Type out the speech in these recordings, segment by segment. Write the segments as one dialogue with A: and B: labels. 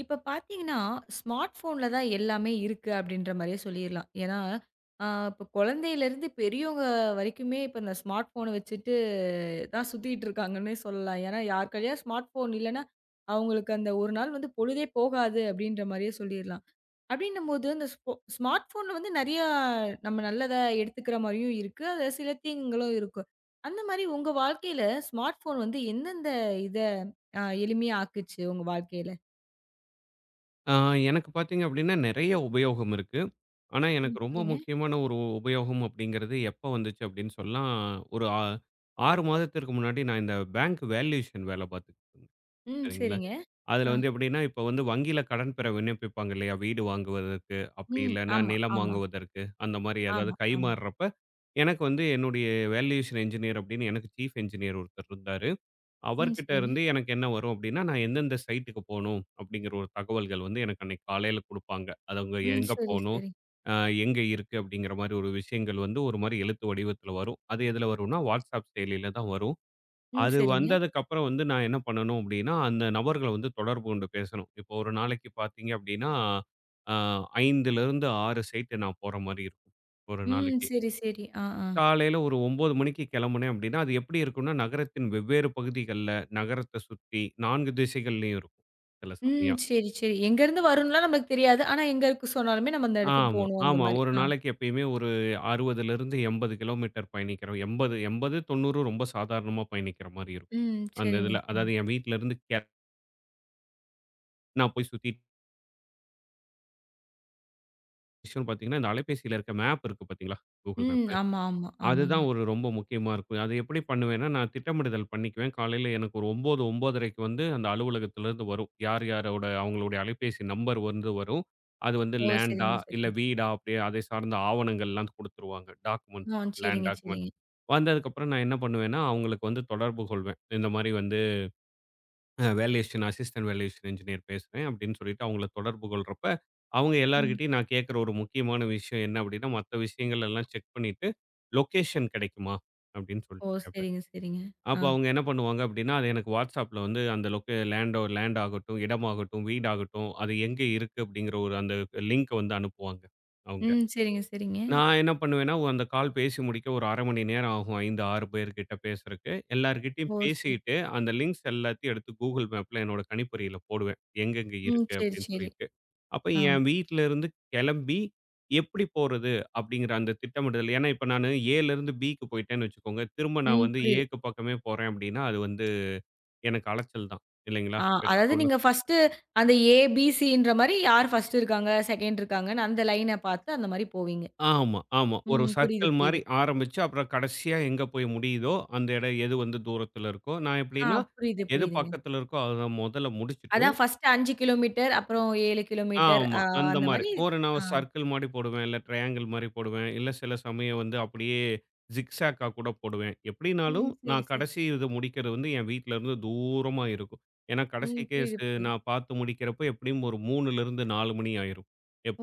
A: இப்ப பார்த்தீங்கன்னா, ஸ்மார்ட் ஃபோன்ல தான் எல்லாமே இருக்கு அப்டின்ற மாரியே சொல்லிர்லாம். ஏன்னா, அ இப்ப குழந்தையிலருந்து பெரியவங்க வரைக்குமே இப்ப இந்த ஸ்மார்ட் ஃபோன வச்சுட்டு தான் சுத்திட்டு இருக்காங்கன்னே சொல்லலாம். ஏன்னா, யார் கையிலயா ஸ்மார்ட் ஃபோன் இல்லன்னா, அவங்களுக்கு அந்த ஒரு நாள் வந்து பொழுதே போகாது அப்டின்ற மாரியே சொல்லிர்லாம். அப்டின்னும்போது அந்த ஸ்மார்ட் ஃபோன்ல வந்து நெறையா நம்ம நல்லத எடுத்துக்கிற மாரியும் இருக்கு. அதுல சில தீங்குகளும் இருக்கும். அந்த மாரி உங்க வாழ்க்கையில ஸ்மார்ட் ஃபோன் வந்து எந்தெந்த இத எளிமையா ஆக்குச்சு உங்க வாழ்க்கையில?
B: ஆ எனக்கு பார்த்தீங்க அப்டின்னா, நெறைய உபயோகம் இருக்கு. ஆனா, எனக்கு
A: ம்.
B: ரொம்ப
A: சொல்லுங்க.
B: முக்கியமான ஒரு உபயோகம் அப்டிங்கிறது எப்ப வந்துச்சு அப்டின்னு சொன்னா, ஒரு 6 மாதத்திற்கு முன்னாடி நான் இந்த பேங்க் வேல்யூஷன் வேல பார்த்துக்கிட்டு
A: ம்.
B: சரிங்களா?
A: சரிங்க. ஆ.
B: அதுல வந்து எப்டின்னா, இப்ப வந்து வங்கியில கடன் பெற விண்ணப்பிப்பாங்க இல்லையா? வீடு வாங்குவதற்கு, அப்டி
A: ம்.
B: இல்லன்னா
A: ஆமா,
B: நிலம்
A: ஆமா,
B: வாங்குவதற்கு, அந்த மாரி ஏதாவது
A: ஆமா, ஆமா.
B: கைமாறுறப்ப, எனக்கு வந்து என்னுடைய வேல்யூஷன் என்ஜினியர் அப்டின்னு எனக்கு சீஃப் என்ஜினியர் ஒருத்தர் இருந்தாரு.
A: ம்.
B: அவர்கிட்ட
A: சரிங்க.
B: இருந்து எனக்கு என்ன வரும் அப்படின்னா, நான் எந்தெந்த சைட்டுக்கு போணும் அப்படிங்கிற ஒரு தகவல்கள் வந்து எனக்கு அன்னைக்கு காலையில குடுப்பாங்க. அது அவங்க
A: ம்.
B: எங்க
A: சரி,
B: போணும்,
A: சரி.
B: அ எங்க இருக்கு அப்படிங்கிற மாரி ஒரு விஷயங்கள் வந்து ஒரு மாரி எழுத்து வடிவத்துல வரும். அது எதுல வரும்னா, WhatsApp செயலில தான் வரும்.
A: ம்.
B: அது
A: சரிங்க.
B: வந்ததுக்கப்புறம் வந்து நான் என்ன பண்ணணும் அப்படின்னா, அந்த நபர்கள வந்து தொடர்பு கொண்டு பேசணும். இப்போ ஒரு நாளைக்கு பார்த்தீங்க அப்படின்னா, அ 5லிருந்து 6 சைட் நான் போற மாரி இருக்கும். ஒரு
A: ம்.
B: நாளைக்கு.
A: சரி, சரி. ஆ, ஆ.
B: காலையில ஒரு 9 மணிக்கு கிளம்புனேன் அப்படின்னா, அது எப்படி இருக்கும்னா, நகரத்தின் வெவ்வேறு பகுதிகள்ல, நகரத்த சுத்தி 4 திசைகள்லயும் இருக்கும். சில
A: ம்.
B: சமயம்.
A: சரி, சரி. எங்கேருந்து வரும்லாம் நமக்கு தெரியாது. ஆனா, எங்க இருக்கு சொன்னாலுமே நம்ம அந்த இடத்துக்கு
B: ஆமா,
A: போணும் அந்த
B: ஆமா.
A: மாரி.
B: ஒரு
A: ஆ.
B: நாளைக்கு எப்பயுமே ஒரு 60லருந்து 80 கிலோமீட்டர் பயணிக்கிறோம். 80 80, 90 ரொம்ப சாதாரணமா பயணிக்கிற மாரி இருக்கும்.
A: ம்.
B: அந்த
A: சரிங்க,
B: இதுல. அதாவது
A: சரிங்க.
B: என் வீட்ல இருந்து நான் போய் சுத்திட்டு பார்த்தீங்கன்னா, இந்த அலைபேசியில இருக்க மேப் இருக்கு பார்த்தீங்களா? Google
A: ம்.
B: மேப்.
A: ஆமா, ஆமா, ஆமாங்க.
B: அதுதான் ஒரு ரொம்ப முக்கியமா இருக்கும். அது எப்படி பண்ணுவேன்னா, நான் திட்டமிடுதல் பண்ணிக்குவேன். காலையில எனக்கு ஒரு 9:00, 9:30க்கு வந்து அந்த அலுவலகத்திலேருந்து வரும். யார் யாரோட அவங்களுடைய அலைபேசி நம்பர் வந்து வரும். அது வந்து
A: ஓ!
B: லேண்டா,
A: சரிங்க,
B: இல்ல
A: சரிங்க.
B: வீடா அப்படியே அதை சார்ந்த ஆவணங்கள்லாம் குடுத்துருவாங்க. டாக்குமெண்ட்ஸ்,
A: ஆ.
B: லேண்ட்
A: சரிங்க,
B: டாக்குமெண்ட்.
A: சரிங்க.
B: வந்ததுக்கப்புறம் நான் என்ன பண்ணுவேன்னா, அவங்களுக்கு வந்து தொடர்பு கொள்வேன். இந்த மாரி வந்து வேல்யூஷன் அசிஸ்டன்ட் வேல்யூஷன் இன்ஜினியர் பேசுறேன் அப்படின்னு சொல்லிட்டு அவங்கள தொடர்பு கொள்றப்ப, அவங்க
A: ம்.
B: எல்லார்கிட்டயும் நான் கேட்கிற ஒரு முக்கியமான விஷயம் என்ன அப்படின்னா, மத்த விஷயங்கள் எல்லாம் செக் பண்ணிட்டு, "லொகேஷன் கிடைக்குமா?" அப்படின்னு
A: ஓ!
B: சொல்லிட்டு கேட்பேன்.
A: சரிங்க, சரிங்க.
B: அப்ப
A: ஆ.
B: அவங்க என்ன பண்ணுவாங்க அப்படின்னா, அது எனக்கு WhatsAppல வந்து அந்த லேண்டோ லேண்ட் ஆகட்டும், இடமாகட்டும், வீடாகட்டும், அது எங்க இருக்கு அப்படிங்கிற ஒரு அந்த லிங்க்க வந்து அனுப்புவாங்க அவங்க.
A: ம். சரிங்க, சரிங்க.
B: நான் என்ன பண்ணுவேன்னா, அந்த கால் பேசி முடிக்க ஒரு 1/2 மணி நேரம் ஆகும். 5, 6 பேர்கிட்ட பேசுறக்கு. எல்லார்கிட்டயும்
A: ஓ! சரி.
B: பேசிட்டு, அந்த லிங்க்ஸ் எல்லாத்தையும் எடுத்து Google மேப்ல என்னோட கணிப்பொறியில போடுவேன். எங்கெங்க
A: ம்.
B: இருக்கு
A: சரி,
B: அப்படின்னு
A: சரி.
B: சொல்லிட்டு. அப்ப
A: ஆ.
B: என் வீட்ல இருந்து கெளம்பி, எப்படி போறது அப்படிங்கிற அந்த திட்டமிடுதல். ஏன்னா, இப்ப நானு ஏலேருந்து பிக்கு போயிட்டேன்னு வச்சுக்கோங்க. திரும்ப நான்
A: ம்.
B: வந்து
A: புரியுது.
B: ஏக்கு பக்கமே போறேன் அப்படின்னா, அது வந்து எனக்கு அலைச்சல் தான். இல்லைங்களா?
A: ஆ, அதாவது
B: பெட்ரோல்
A: நீங்க ஃபர்ஸ்ட்டு அந்த ஏ, பி, சின்ற மாரி யார் ஃபர்ஸ்ட்டு இருக்காங்க, செகண்ட் இருக்காங்கன்னு அந்த லைன பார்த்து அந்த மாரி போவீங்க.
B: ஆமா, ஆமா. ஒரு
A: ம். புரியுது,
B: சர்க்கிள் மாரி
A: புரியுது.
B: ஆரம்பிச்சு, அப்புறம் கடைசியா எங்க போய் முடியுதோ, அந்த இடம் எது வந்து தூரத்துல இருக்கோ, நான்
A: ஆ
B: எப்படின்னா,
A: புரியுது,
B: எது
A: புரியுதுங்க.
B: பக்கத்துல இருக்கோ அத மொதல்ல முடிச்சுட்டு
A: அதான் ஃபர்ஸ்ட்டு 5 கிலோமீட்டர், அப்புறம் 7 கிலோமீட்டர்
B: ஆமா, அந்த
A: அந்த
B: மாரி.
A: மாரி
B: ஒரு நான்
A: ஆ.
B: ஒரு சர்க்கிள் மாரி போடுவேன், இல்ல ட்ரையாங்கிள் மாரி போடுவேன், இல்ல சில சமயம் வந்து அப்படியே ஜிக்ஸாக்கா கூட போடுவேன். எப்படினாலும்
A: ம். சரி,
B: நான்
A: சரி.
B: கடைசி இத முடிக்கிறது வந்து என் வீட்ல இருந்து தூரமா இருக்கும். ஏன்னா, கடைசி
A: ம். புரியுது,
B: கேஸு
A: புரியுது.
B: நான் பாத்து முடிக்கிறப்போ எப்படியும் ஒரு 3லிருந்து 4 மணி ஆயிரும்.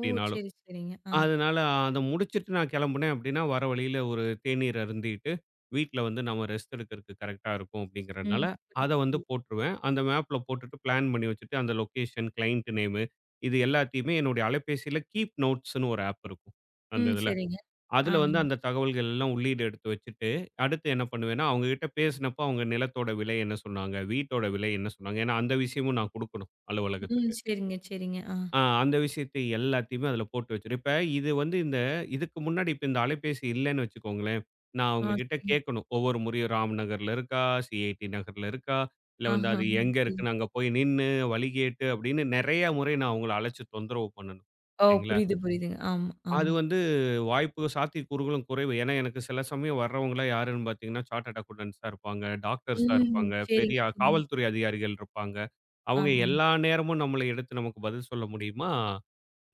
A: ஓ! சரி, சரிங்க. ஆ.
B: அதனால அத முடிச்சுட்டு நான் கிளம்புனேன் அப்படின்னா, வர வழியில ஒரு தேநீர் அருந்திட்டு, வீட்ல வந்து நம்ம ரெஸ்ட் எடுக்கிறதுக்கு கரெக்ட்டா இருக்கும் அப்படிங்கிறனால,
A: ம்.
B: அத
A: புரியுது,
B: வந்து
A: புரியுது.
B: போட்டுருவேன். அந்த மேப்ல போட்டுட்டு பிளான் பண்ணி வச்சுட்டு, அந்த லொகேஷன், கிளையன்ட் நேமு இது எல்லாத்தையுமே என்னுடைய அலைபேசியில கீப் நோட்ஸ்ன்னு ஒரு ஆப் இருக்கும். அந்த
A: ம்.
B: இதுல.
A: சரிங்க.
B: அதுல வந்து
A: ஆமா.
B: அந்த தகவல்கள் எல்லாம் உள்ளீடு எடுத்து வச்சுட்டு, அடுத்து என்ன பண்ணுவேன்னா, அவங்க கிட்ட பேசினப்போ அவங்க நிலத்தோட விலை என்ன சொன்னாங்க? வீட்டோட விலை என்ன சொன்னாங்க? ஏன்னா அந்த விஷயமும் நான் குடுக்கணும்
A: ம்.
B: அலுவலகத்துக்கு.
A: சரிங்க, சரிங்க. ஆ.
B: அந்த விஷயத்தை எல்லாத்தையுமே அதில போட்டு வச்சுரும். இப்ப இது வந்து இந்த இதுக்கு முன்னாடி இப்ப இந்த அலைபேசி இல்லன்னு வச்சுக்கோங்களேன், நான்
A: ஆ
B: அவங்ககிட்ட
A: சரிங்க.
B: கேட்கணும். ஒவ்வொரு முறையும் ராம் நகர்ல இருக்கா? சிஐடி நகர்ல இருக்கா? இல்ல வந்து
A: ஆஹ.
B: அது எங்க இருக்குன்னு
A: புரியுது.
B: அங்க போய் நின்னு, வழி கேட்டு அப்படின்னு நெறைய முறை நான் அவங்கள அழைச்சு தொந்தரவு பண்ணணும்.
A: ஓ!
B: இல்லைங்களா?
A: புரியுது, புரியுதுங்க. ஆமா,
B: அது
A: ஆமா.
B: வந்து வாய்ப்பு சாத்தியக்கூறுகளும் குறைவு. ஏன்னா எனக்கு சில சமயம் வர்றவங்கலாம் யாருன்னு பார்த்தீங்கன்னா, சார்ட்டர்ட் அக்கவுண்டன்ட்ஸா இருப்பாங்க, டாக்டர்ஸா
A: ம்.
B: இருப்பாங்க,
A: சரிங்க,
B: பெரிய
A: சரிங்க.
B: காவல்துறை அதிகாரிகள் இருப்பாங்க. அவங்க
A: ஆமா.
B: எல்லா நேரமும் நம்மள எடுத்து நமக்கு பதில் சொல்ல முடியுமா?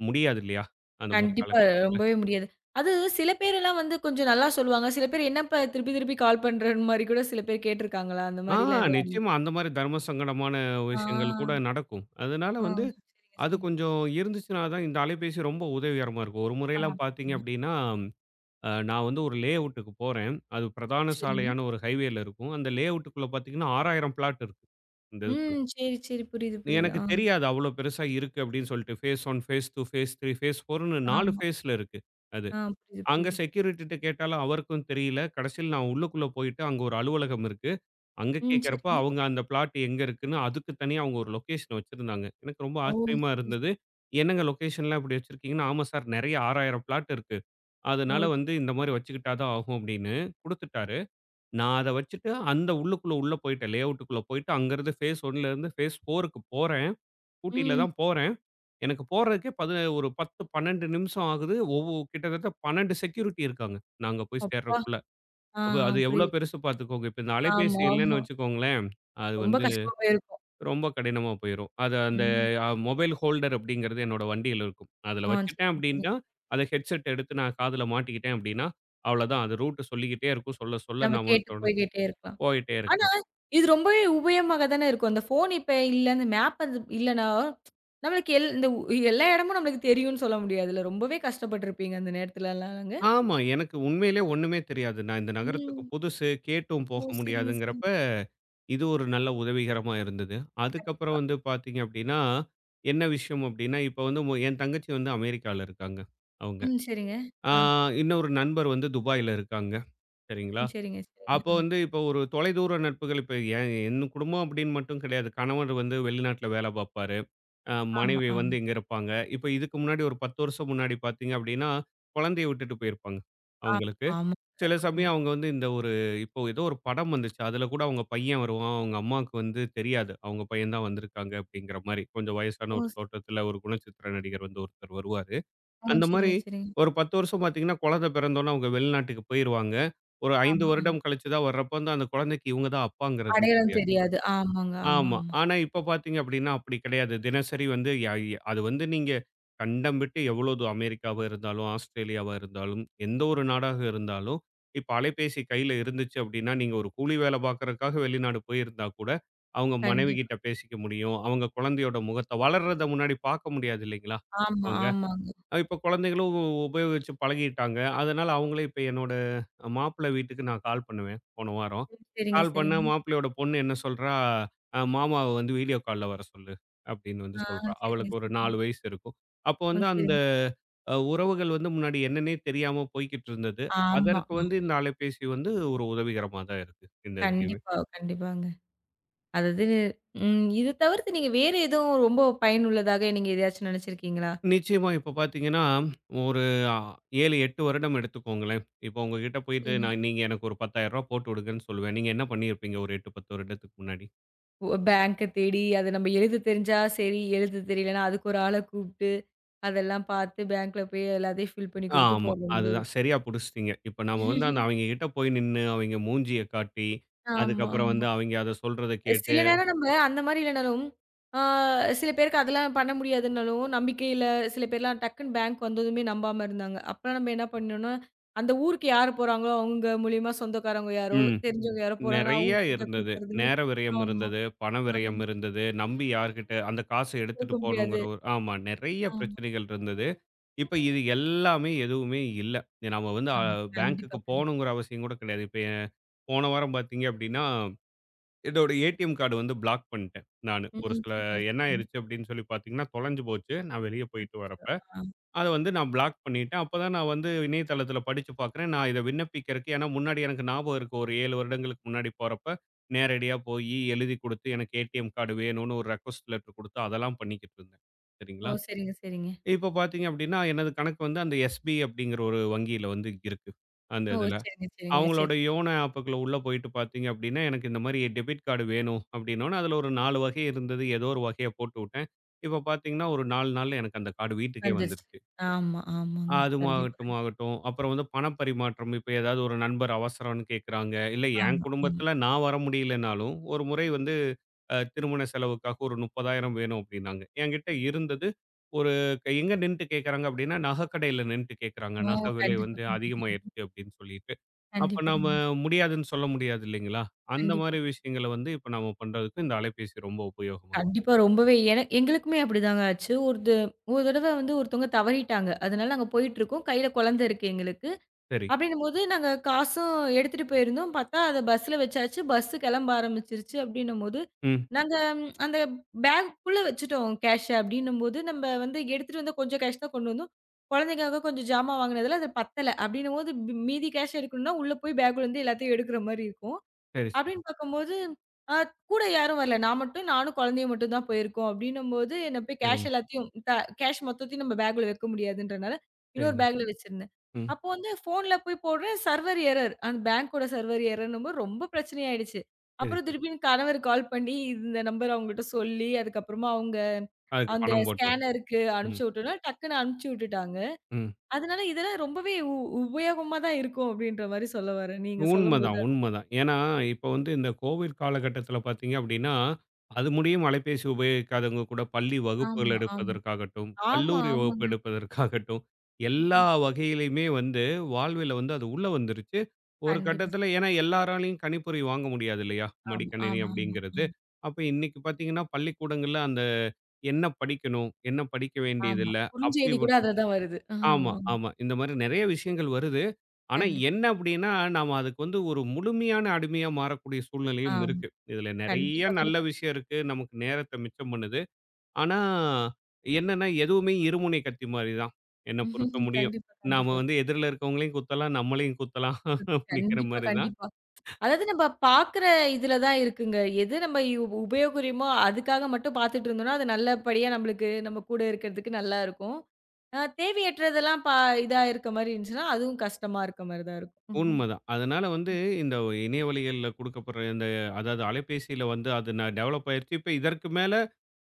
B: முடியாது இல்லையா? அந்த மாரி
A: கண்டிப்பா.
B: காலகட்டத்தில.
A: ரொம்பவே முடியாது. அது சில பேரெல்லாம் வந்து கொஞ்சம் நல்லா சொல்லுவாங்க. சில பேர் என்னப்பா திருப்பி திருப்பி கால் பண்றேன்னு மாரி கூட சில பேர் கேட்டுருக்காங்களா? அந்த
B: ஆ
A: மாரிலாம் எதுவும்
B: நிச்சயமா அந்த மாரி தர்ம சங்கடமான
A: ஆ,
B: விஷயங்கள் கூட நடக்கும். அதனால
A: ஆ.
B: வந்து
A: சரிங்க,
B: அது
A: சரிங்க.
B: கொஞ்சம் இருந்துச்சுனா தான் இந்த அலைபேசி ரொம்ப உதவிகரமா இருக்கும். ஒரு
A: ஆமா,
B: முறையெல்லாம் பார்த்தீங்க
A: ஆமா.
B: அப்டின்னா, நான் வந்து ஒரு லேஅவுட்டுக்கு போறேன். அது பிரதான
A: சரிங்க.
B: சாலையான ஒரு ஹைவேல இருக்கும். அந்த லேஅவுட்டுக்குள்ள பார்த்தீங்கன்னா 6,000 பிளாட் இருக்கு. இந்த இதுக்குள்ள.
A: ம். சரி, சரி. புரியுது, புரியுது.
B: எனக்கு
A: ஆ,
B: தெரியாது அவ்ளோ பெருசா இருக்கு அப்டின்னு சொல்லிட்டு. ஃபேஸ் 1, ஃபேஸ் 2, ஃபேஸ் 3, ஃபேஸ் 4ன்னு 4
A: ஆமா.
B: ஃபேஸ்ல இருக்கு அது.
A: ஆ புரியுது,
B: அங்க
A: புரியுது.
B: செக்யூரிட்டிட்ட கேட்டாலும் அவருக்கும் தெரியல. கடைசில நான் உள்ளுக்குள்ள போயிட்டு அங்க ஒரு அலுவலகம் இருக்கு. அங்க
A: ம்.
B: கேட்கிறப்ப
A: சரிங்க.
B: அவங்க அந்த பிளாட் எங்க இருக்குன்னு அதுக்கு தனியா அவங்க ஒரு லொகேஷன் வச்சிருந்தாங்க. எனக்கு ரொம்ப
A: ஓ!
B: ஆச்சரியமா
A: சரி,
B: இருந்தது. என்னங்க லொகேஷன்லாம் இப்படி வச்சிருக்கீங்கன்னா, ஆமா சார் நெறைய 6,000 பிளாட் இருக்கு.
A: ஓ!
B: அதனால
A: சரி.
B: வந்து இந்த மாரி வச்சுக்கிட்டா தான் ஆகும் அப்படின்னு குடுத்துட்டாரு. நான் அத வச்சுட்டு அந்த உள்ளுக்குள்ள உள்ள போயிட்டேன். லே அவுட்டுக்குள்ள போயிட்டு அங்கருந்து ஃபேஸ் 1 இருந்து ஃபேஸ் 4க்கு போறேன். ஸ்கூட்டில
A: ம்.
B: தான் போறேன். எனக்கு போறதுக்கே ஒரு 10, 12 நிமிஷம் ஆகுது. கிட்டத்தட்ட 12 செக்யூரிட்டி இருக்காங்க. நாங்க போய்
A: அப்பா!
B: சேர்றதுக்குள்ள.
A: ஆ, ஆ.
B: அப்ப அது எவ்வளோ
A: புரியுது.
B: பெருசு பார்த்துக்கோங்க. இப்ப இந்த அலைபேசி
A: ஆமா,
B: இல்லன்னு
A: ஆமா.
B: வச்சுக்கோங்களேன், அது
A: ரொம்ப
B: வந்து
A: கஷ்டமா போயிருக்கும்.
B: ரொம்ப கடினமா போயிரும். அது அந்த
A: ம்.
B: மொபைல் ஹோல்டர் அப்படிங்கிறது என்னோட வண்டியில இருக்கும். அதில
A: ஆ.
B: வச்சுட்டேன்
A: சரிங்க, சரிங்க.
B: அப்படின்னா, அத ஹெட்செட் எடுத்து நான் காதுல மாட்டிக்கிட்டேன் அப்படின்னா, அவ்வளோதான். அது ரூட் சொல்லிக்கிட்டே இருக்கும். சொல்ல சொல்ல
A: நம்ம
B: நாம
A: கேட்டு
B: தொடர்ந்து
A: போய்க்கிட்டே இருக்கலாம்.
B: போயிட்டே
A: ஆனா,
B: இருக்கலாம்.
A: இது ரொம்பவே உபயோகமாக தானே இருக்கும். அந்த ஃபோன் இப்ப இல்ல, அந்த மேப் அது இல்லன்னா, நம்மளுக்கு எல் இந்த உ எல்லா இடமும் நம்மளுக்கு தெரியும்னு சொல்ல முடியாதுல்ல. ரொம்பவே கஷ்டப்பட்டுருப்பீங்க அந்த நேரத்துலலாங்க.
B: ஆமா. எனக்கு உண்மையிலேயே ஒண்ணுமே தெரியாது. நான் இந்த நகரத்துக்கு
A: ம்.
B: புதுசு. கேட்டும்
A: ஓ!
B: போக
A: சரிங்க, சரிங்க.
B: முடியாதுங்கிறப்ப, இது ஒரு நல்ல உதவிகரமா இருந்தது. அதுக்கப்புறம்
A: கண்டிப்பா.
B: வந்து பார்த்தீங்க அப்படின்னா, என்ன விஷயம் அப்படின்னா, இப்ப வந்து என் தங்கச்சி வந்து அமெரிக்கால இருக்காங்க, அவங்க.
A: ம். சரிங்க.
B: ஆ
A: ஆ.
B: இன்னொரு நண்பர் வந்து துபாயில இருக்காங்க. சரிங்களா?
A: ம். சரிங்க, சரிங்க.
B: அப்போ
A: ஆ.
B: வந்து இப்போ ஒரு தொலைதூர நட்புகள் இப்போ என் என் குடும்பம் அப்படின்னு மட்டும் கிடையாது. கணவர் வந்து வெளிநாட்ல வேலை பார்ப்பாரு.
A: ஆமா,
B: மனைவி வந்து
A: ஆமா.
B: இங்க இருப்பாங்க. இப்போ இதுக்கு முன்னாடி ஒரு 10 வருஷம் முன்னாடி பார்த்தீங்க அப்படின்னா, குழந்தைய விட்டுட்டு போயிருப்பாங்க
A: ஆமா,
B: அவங்களுக்கு.
A: ஆமாங்க.
B: சில
A: ஆமா.
B: சமயம் அவங்க வந்து இந்த ஒரு இப்போ ஏதோ ஒரு படம் வந்துச்சு. அதில கூட அவங்க பையன் வருவான். அவங்க அம்மாவுக்கு வந்து தெரியாது. அவங்க பையன் தான் வந்திருக்காங்க அப்படிங்கிற மாரி. கொஞ்சம் வயசான
A: ஓ!
B: ஒரு
A: ஸ்
B: தோற்றத்தில ஒரு குணச்சித்திர நடிகர் வந்து ஒருத்தர் வருவாரு.
A: ஓ!
B: அந்த மாரி
A: சரிங்க, சரிங்க.
B: ஒரு 10 வருஷம் பார்த்தீங்கன்னா, குழந்தை பிறந்தோனே அவங்க வெளிநாட்டுக்கு போயிருவாங்க. ஒரு 5
A: ஆமா, ஆமா.
B: வருடம் கழிச்சு தான் வர்றப்போ வந்து அந்த குழந்தைக்கு இவங்க தான் அப்பாங்கிறதே
A: அடையாளம்
B: தெரியாது.
A: தெரியாது. ஆமாங்க. ஆமா,
B: ஆமா.
A: ஆமா.
B: ஆனா இப்ப பார்த்தீங்க அப்படின்னா, அப்படி கிடையாது. தினசரி வந்து ய ய அது வந்து நீங்க கண்டம் விட்டு எவ்வளோ அமெரிக்காவா இருந்தாலும், ஆஸ்திரேலியாவா இருந்தாலும், எந்த ஒரு நாடாக இருந்தாலும், இப்ப அலைபேசி கையில இருந்துச்சு அப்படின்னா, நீங்க ஒரு கூலி வேலை பார்க்கறதுக்காக வெளிநாடு போயிருந்தா கூட, அவங்க மனைவி
A: கண்டிப்பா.
B: கிட்ட பேசிக்க முடியும். அவங்க குழந்தையோட முகத்த வளர்றத முன்னாடி பார்க்க முடியாது இல்லைங்களா?
A: ஆமா,
B: அவங்க.
A: ஆமாங்க.
B: இப்ப குழந்தைகளும் உபயோகிச்சு பழகிட்டாங்க. அதனால அவங்களே இப்ப என்னோட மாப்பிள்ளை வீட்டுக்கு நான் கால் பண்ணுவேன், போன வாரம்.
A: ம். சரிங்க,
B: கால் பண்ணா
A: சரிங்க.
B: மாப்பிள்ளையோட பொண்ணு என்ன சொல்றா, "அ மாமாவ வந்து வீடியோ கால்ல வர சொல்லு" அப்படின்னு வந்து
A: ஆ.
B: சொல்றா.
A: சரிங்க,
B: அவளுக்கு ஒரு
A: சரிங்க.
B: 4 வயசு இருக்கும். அப்போ
A: ம்.
B: வந்து அந்த
A: சரிங்க.
B: உறவுகள் வந்து முன்னாடி என்னன்னே தெரியாம போய்க்கிட்டு இருந்தது.
A: ஆமா.
B: அதற்கு
A: ஆமா.
B: வந்து இந்த அலைபேசி வந்து ஒரு உதவிகரமா தான் இருக்கு, இந்த இதுலயுமே.
A: கண்டிப்பா, கண்டிப்பாங்க. அதாவது இது தவிர்த்து நீங்க வேற எதுவும் ரொம்ப பயனுள்ளதாக நீங்க எதையாச்சும் நினைச்சிருக்கீங்களா?
B: நிச்சயமா இப்ப பார்த்தீங்கன்னா, ஒரு அ 7, 8 வருடம் எடுத்துக்கோங்களேன். இப்போ உங்ககிட்ட போயிட்டு
A: சரிங்க.
B: நான் நீங்க எனக்கு ஒரு ரூ. 10,000 போட்டு விடுங்கன்னு சொல்லுவேன். நீங்க என்ன பண்ணியிருப்பீங்க ஒரு 8, 10 வருடத்துக்கு முன்னாடி?
A: ஒ பேங்க தேடி அத நம்ம எழுத தெரிஞ்சா சரி, எழுத தெரியலன்னா அதுக்கு ஒரு ஆள கூப்ட்டு, அதெல்லாம் பார்த்து பேங்க்ல போய் எல்லாத்தையும் ஃபில் பண்ணி குடுத்து
B: ஆமா.
A: போடுற மாரி
B: அதுதான்
A: இருக்கும்.
B: சரியா புடிச்சிட்டீங்க. இப்ப நாம வந்து அந்த அவைங்க கிட்ட போய் நின்னு, அவைங்க மூஞ்சிய காட்டி,
A: ஆமா,
B: அதுக்கப்புறம்
A: ஆமா.
B: வந்து அவைங்க அத சொல்றத கேட்டு,
A: சில நேரம் நம்ம அந்த மாரி இல்லனாலும், ஆ சில பேருக்கு அதெல்லாம் பண்ண முடியாதுன்னாலும், நம்பிக்கையில சில பேர்லாம் டக்குன்னு பேங்க் வந்ததுமே நம்பாம இருந்தாங்க. அப்பலாம் நம்ம என்ன பண்ணோம்னா, அந்த ஊருக்கு யார் போறாங்களோ, அவங்க மூலியமா சொந்தக்காரவங்க யாரோ,
B: ம்.
A: தெரிஞ்சவங்க யாரோ போறாங்கன்னா,
B: நெறைய
A: அவங்க கிட்ட
B: இருந்தது.
A: குடுக்குறதுன்னு
B: நேர விரயம்
A: ஆமா,
B: இருந்தது, பண
A: ஆமா.
B: விரயம் இருந்தது, நம்பி யார்கிட்ட அந்த காச எடுத்துட்டு
A: குடுக்க முடியாது.
B: போகணுங்கிற ஒரு ஆமா. நெறைய
A: ஆமா,
B: பிரச்சனைகள் இருந்தது. இப்ப இது எல்லாமே எதுவுமே இல்ல. நாம வந்து
A: ஆமா. கண்டிப்பா,
B: பேங்க்குக்கு
A: கண்டிப்பா.
B: போணுங்கிற அவசியம் கூட கிடையாது. இப்ப என் போன வாரம் பார்த்தீங்க அப்படின்னா, என்னோட ஏடிஎம் கார்டு வந்து பிளாக் பண்ணிட்டேன் நானு. ஒரு
A: ம்.
B: சில
A: சரிங்க,
B: என்ன
A: சரிங்க.
B: ஆயிருச்சு அப்படின்னு சொல்லி பார்த்தீங்கன்னா, தொலைஞ்சு போச்சு. நான் வெளிய போயிட்டு
A: அச்சச்சோ!
B: வரப்ப.
A: ஆ.
B: அத வந்து நான் பிளாக் பண்ணிட்டேன். அப்பதான் நான் வந்து இணையதளத்தில படிச்சு பார்க்குறேன். நான் இத விண்ணப்பிக்கிறக்கு ஏன்னா முன்னாடி எனக்கு ஞாபகம் இருக்கு. ஒரு 7 வருடங்களுக்கு முன்னாடி போறப்ப, நேரடியா போயி எழுதி குடுத்து, எனக்கு ஏடிஎம் கார்டு வேணும்னு ஒரு ரெக்வெஸ்ட் லெட்டர் குடுத்து, அதெல்லாம் பண்ணிக்கிட்டு இருந்தேன்.
A: ஓ!
B: சரிங்களா?
A: சரிங்க, சரிங்க.
B: இப்ப பார்த்தீங்க அப்டின்னா, எனது கணக்கு வந்து அந்த எஸ்பி அப்டிங்கிற ஒரு வங்கியில வந்து இருக்கு. அந்த
A: ஓ!
B: இதுல.
A: சரிங்க, சரிங்க.
B: அவங்களோட
A: சரி.
B: யோனோ ஆப்புக்குள்ள உள்ள போயிட்டு பார்த்தீங்க அப்டின்னா, எனக்கு இந்த மாரி டெபிட் கார்டு வேணும் அப்டின்னோனே, அதுல ஒரு 4 வகை இருந்தது. ஏதோ ஒரு வகைய போட்டுவுட்டேன். இப்ப பார்த்தீங்கன்னா, ஒரு 4 நாள்ல எனக்கு அந்த கார்டு வீட்டுக்கே
A: வந்துருச்சு.
B: வந்துருச்சு.
A: ஆமா, ஆமாங்க.
B: அதுவும்
A: கண்டிப்பா,
B: ஆகட்டும்,
A: கண்டிப்பா.
B: ஆகட்டும். அப்புறம் வந்து பணப்பரிமாற்றம். இப்ப ஏதாவது ஒரு நண்பர் அவசரம்னு கேட்குறாங்க. இல்ல என்
A: ஆமா, ஆமா.
B: குடும்பத்தில நான் வர முடியலனாலும், ஒரு முறை வந்து திருமண செலவுக்காக ஒரு 30,000 வேணும் அப்படின்னாங்க. என்கிட்ட இருந்தது. ஒரு எங்க நின்னுட்டு கேட்குறாங்க அப்படின்னா, நகைக்கடையில நின்னுட்டு கேட்குறாங்க.
A: ஓ!
B: நகை விலை
A: கண்டிப்பா,
B: வந்து
A: கண்டிப்பா.
B: அதிகமாயிருச்சு அப்படின்னு சொல்லிட்டு. அப்ப
A: கண்டிப்பா,
B: நாம
A: கண்டிப்பா.
B: முடியாதுன்னு சொல்ல முடியாது இல்லைங்களா? அந்த
A: கண்டிப்பா.
B: மாரி விஷயங்கள வந்து இப்ப நாம பண்றதுக்கு இந்த அலைபேசி ரொம்ப உபயோகமா இருக்கு.
A: கண்டிப்பா. ரொம்பவே என எங்களுக்குமே அப்படிதாங்க ஆச்சு. ஒரு தடவ வந்து ஒருத்தவங்க தவறிட்டாங்க. அதனால நாங்க போயிட்டுருக்கோம். கையில குழந்தை இருக்கு எங்களுக்கு.
B: சரி.
A: அப்படின்னும்போது நாங்க காசும் எடுத்துட்டு போயிருந்தோம். பார்த்தா அத பஸ்ல வச்சாச்சு. பஸ் கிளம்ப ஆரம்பிச்சிருச்சு அப்படின்னும்போது,
B: ம்.
A: நாங்க ம், அந்த பேக்குள்ள வச்சுட்டோம் கேஷ அப்படின்னும்போது, நம்ம வந்து எடுத்துட்டு வந்த கொஞ்சம் கேஷ் தான் கொண்டு வந்தோம். குழந்தைக்காக கொஞ்சம் ஜாமான் வாங்கினதுல அது பத்தல. அப்படின்னும்போது மீதி கேஷ் எடுக்கணும்னா, உள்ள போய் பேக்குல இருந்து எல்லாத்தையும் எடுக்கிற மாரி இருக்கும்.
B: சரி, சரி.
A: அப்படின்னு பார்க்கும்போது, அ கூட யாரும் வரல. நான் மட்டும் நானும் குழந்தையும் மட்டும் தான் போயிருக்கோம். அப்படின்னும்போது என்ன போய் கேஷ்
B: சரிங்க,
A: எல்லாத்தையும் த கேஷ் மொத்தத்தையும் நம்ம பேக்ல வைக்க முடியாதுன்றனால, இன்னொரு
B: சரிங்க.
A: பேக்ல வச்சிருந்தேன்.
B: ம்.
A: அப்போ வந்து ஃபோன்ல போய் போடுறேன். Server error. அந்த பேங்கோட சர்வர் எரர்ன்னும்போது ரொம்ப பிரச்சனை ஆயிடுச்சு.
B: சரி
A: அப்புறம்
B: சார்.
A: திருப்பியும் கணவர் கால் பண்ணி இந்த நம்பர் அவங்ககிட்ட சொல்லி, அதுக்கப்புறமா அவங்க
B: அதுக்கு
A: அந்த
B: பணம் போட்டு விடு.
A: ஸ்கேனருக்கு
B: ம்.
A: அனுப்பிச்சு விட்டோம்னா, டக்குன்னு அனுப்பிச்சு விட்டுட்டாங்க.
B: ம்.
A: அதனால இதெல்லாம் ரொம்பவே உபயோகமா தான் இருக்கும் அப்படின்ற மாரி சொல்ல வரேன். நீங்க சொல்லும்போது.
B: உண்மதான், உண்மதான். ஏன்னா, இப்ப வந்து இந்த கோவிட் காலகட்டத்தில பார்த்தீங்க அப்படின்னா, அது முடியும் அலைபேசி உபயோகிக்காதவங்க கூட பள்ளி வகுப்புகள்
A: ஆமா, ஆமா.
B: எடுப்பதற்காகட்டும்,
A: ஆமா,
B: கல்லூரி வகுப்பு
A: ஆமாங்க.
B: எடுப்பதற்காகட்டும், எல்லா வகையிலயுமே வந்து வாழ்வில வந்து அது உள்ள வந்துருச்சு. ஒரு
A: கண்டிப்பா.
B: கட்டத்தில ஏன்னா எல்லாராலயும் கணிப்பொறி வாங்க முடியாது இல்லையா?
A: ஆமா,
B: மடிக்கணினி
A: ஆமா, ஆமா,
B: அப்படிங்கிறது.
A: ஆமா,
B: அப்ப இன்னைக்கு பார்த்தீங்கன்னா, பள்ளிக்கூடங்கள்ல அந்த என்ன படிக்கணும், என்ன படிக்க
A: ஆமா.
B: வேண்டியதில்ல அப்படி
A: குறுஞ்செய்தி கூட அதுல தான் வருது.
B: ஆமா,
A: ஆமா.
B: ஆமா. இந்த மாரி நெறைய விஷயங்கள் வருது. ஆனா
A: கண்டிப்பா.
B: என்ன அப்டின்னா, நாம அதுக்கு வந்து ஒரு முழுமையான அடிமையா மாறக்கூடிய சூழ்நிலையும்
A: ஆமா.
B: இருக்கு. இதுல நெறைய
A: கண்டிப்பா,
B: நல்ல
A: கண்டிப்பா.
B: விஷயம் இருக்கு. நமக்கு நேரத்த மிச்சம் பண்ணுது. ஆனா என்னன்னா, எதுவுமே இருமுனை கத்தி மாரி தான். என்ன பொறுத்த முடியும்.
A: கண்டிப்பா,
B: நாம
A: கண்டிப்பா.
B: வந்து எதிர்ல இருக்கவங்களையும் குத்தலாம், நம்மளையும் குத்தலாம் அப்டிங்கிற
A: கண்டிப்பா,
B: மாரி தான்.
A: கண்டிப்பா. அதாவது நம்ம பாக்குற இதுல தான் இருக்குங்க. எது நம்ம உபயோகரியமோ அதுக்காக மட்டும் பாத்துட்டு இருந்தோம்னா, அது நல்லபடியா நம்மளுக்கு நம்ம கூட இருக்கிறதுக்கு நல்லா இருக்கும். அ தேவையற்றதெல்லாம் பா இதா இருக்க மாரி இருந்துச்சுன்னா, அதுவும் கஷ்டமா இருக்க மாரி தான் இருக்கும்.
B: உண்மதான். அதனால வந்து இந்த இணையவழிகள்ல குடுக்கப்படுற இந்த அதாவது அலைபேசியில வந்து அது நான் டெவலப் ஆயிருச்சு. இப்ப இதற்கு மேல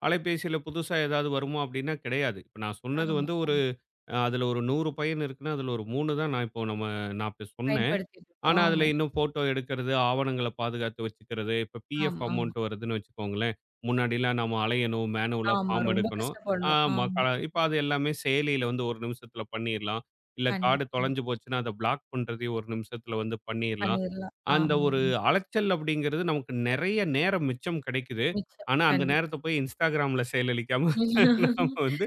B: அலைபேசியில புதுசா ஏதாவது வருமா அப்டின்னா கிடையாது. இப்ப நான் சொன்னது
A: ஆமா,
B: வந்து ஒரு
A: ஆமா.
B: அதுல ஒரு 100 பயன் இருக்குன்னா, அதுல ஒரு 3 தான் நான் இப்போ நம்ம நான் இப்ப சொன்னேன்.
A: பயன்படுத்திட்டு இருக்கோம்.
B: ஆனா, அதுல
A: ஆமா,
B: இன்னும் ஃபோட்டோ எடுக்கிறது, ஆவணங்கள பாதுகாத்து வச்சுக்கிறது, இப்ப பிஎஃப்
A: ஆமா, ஆமா.
B: அமௌண்ட் வருதுன்னு வச்சுக்கோங்களேன், முன்னாடிலாம் நம்ம அலையணும், மேனுவலா
A: ஆமா.
B: ஃபார்ம்
A: ரொம்ப
B: எடுக்கணும்.
A: கஷ்டப்படணும்.
B: ஆமா,
A: ஆமா.
B: இப்ப அது எல்லாமே செயலியில வந்து 1 நிமிஷத்துல பண்ணிறலாம். இல்ல கார்டு
A: கண்டிப்பா.
B: தொலைஞ்சு போச்சுன்னா, அத பிளாக் பண்றதையும் 1 நிமிஷத்துல வந்து பண்ணிறலாம்.
A: பண்ணிரலாம்.
B: அந்த
A: ஆமா.
B: ஒரு அலைச்சல் அப்படிங்கிறது நமக்கு நெறைய நேரம் மிச்சம் கிடைக்குது.
A: மிச்சம்.
B: ஆனா, அந்த
A: கண்டிப்பா.
B: நேரத்த போய் Instagramல செயலளிக்காம நாம வந்து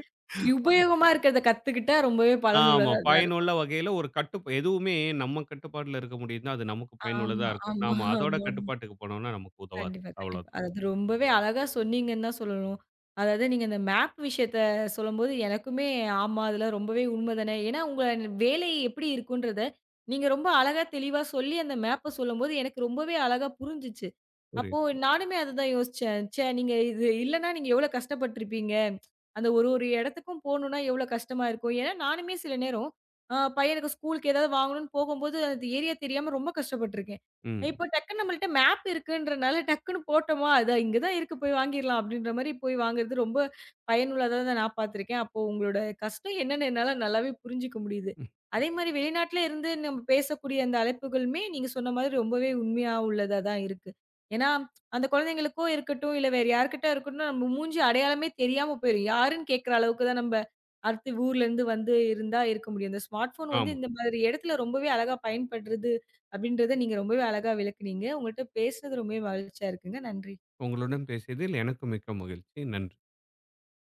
A: உபயோகமா இருக்கிறத கத்துக்கிட்டா ரொம்பவே
B: ஆமா.
A: பலனுள்ளதா தான்
B: பயனுள்ள
A: இருக்கும்.
B: வகையில ஒரு கட்டுப் எதுவுமே நம்ம கட்டுப்பாட்டுல இருக்க முடியுதுன்னா, அது நமக்கு பயனுள்ளதா
A: ஆமா,
B: இருக்கும்.
A: ஆமா,
B: நாம அதோட
A: ஆமா.
B: கட்டுப்பாட்டுக்கு போனோம்னா நமக்கு உதவாது.
A: கண்டிப்பா, கண்டிப்பா.
B: அவ்வளோதான்.
A: அதாவது ரொம்பவே அழகா சொன்னீங்கன்னு தான் சொல்லணும். அதாவது நீங்க இந்த மேப் விஷயத்த சொல்லும்போது எனக்குமே ஆமா, அதில ரொம்பவே உண்ம தானே. ஏன்னா, உங்க வேலை எப்படி இருக்குன்றத நீங்க ரொம்ப அழகா தெளிவா சொல்லி அந்த மேப்ப சொல்லும்போது எனக்கு ரொம்பவே அழகா புரிஞ்சுச்சு. அப்போ
B: புரியுது.
A: நானுமே அதுதான் யோசிச்சேன். ச்சே நீங்க இது இல்லன்னா நீங்க எவ்வளோ கஷ்டப்பட்டுருப்பீங்க. அந்த ஒரு ஒரு இடத்துக்கும் போணும்னா எவ்வளோ கஷ்டமா இருக்கும். ஏன்னா, நானுமே சில நேரம் பையனுக்கு ஸ்கூலுக்கு ஏதாவது வாங்கணும்னு போகும்போது அது ஏரியா தெரியாம ரொம்ப கஷ்டப்பட்டுருக்கேன்.
B: ம்.
A: இப்போ டக்குன்னு நம்மள்ட்ட மேப் இருக்குன்றனால டக்குன்னு போட்டோமா, "அதா இங்க தான் இருக்கு போய் வாங்கிர்லாம்." அப்படின்ற மாரி போய் வாங்குறது ரொம்ப பயனுள்ளதா தான் நான் பார்த்துருக்கேன். அப்போ உங்களோட கஷ்டம் என்னன்னு என்னால நல்லாவே புரிஞ்சுக்க முடியுது.
B: ம்.
A: அதே மாரி வெளிநாட்ல இருந்து நம்ம பேசக்கூடிய அந்த அழைப்புகளுமே நீங்க சொன்ன மாதிரி ரொம்பவே உண்மையா உள்ளதா தான் இருக்கு. ஏன்னா, அந்த குழந்தைங்களுக்கோ இருக்கட்டும், இல்ல வேற யார்கிட்ட இருக்கட்டும் நம்ம மூஞ்சி அடையாளமே தெரியாம போயிரும். யாருன்னு கேட்கிற அளவுக்கு தான் நம்ம அடுத்து ஊர்லேருந்து வந்து இருந்தா இருக்க முடியும். இந்த ஸ்மார்ட் ஃபோன் வந்து
B: ஆமா.
A: இந்த மாதிரி இடத்துல ரொம்பவே அழகா பயன்படுறது. அப்படின்றத நீங்க ரொம்பவே அழகா விளக்குனீங்க. உங்கள்ட்ட பேசுனது ரொம்பவே மகிழ்ச்சியா இருக்குங்க. நன்றி.
B: உங்களுடன் பேசியதில் எனக்கும் மிக்க மகிழ்ச்சி. நன்றி.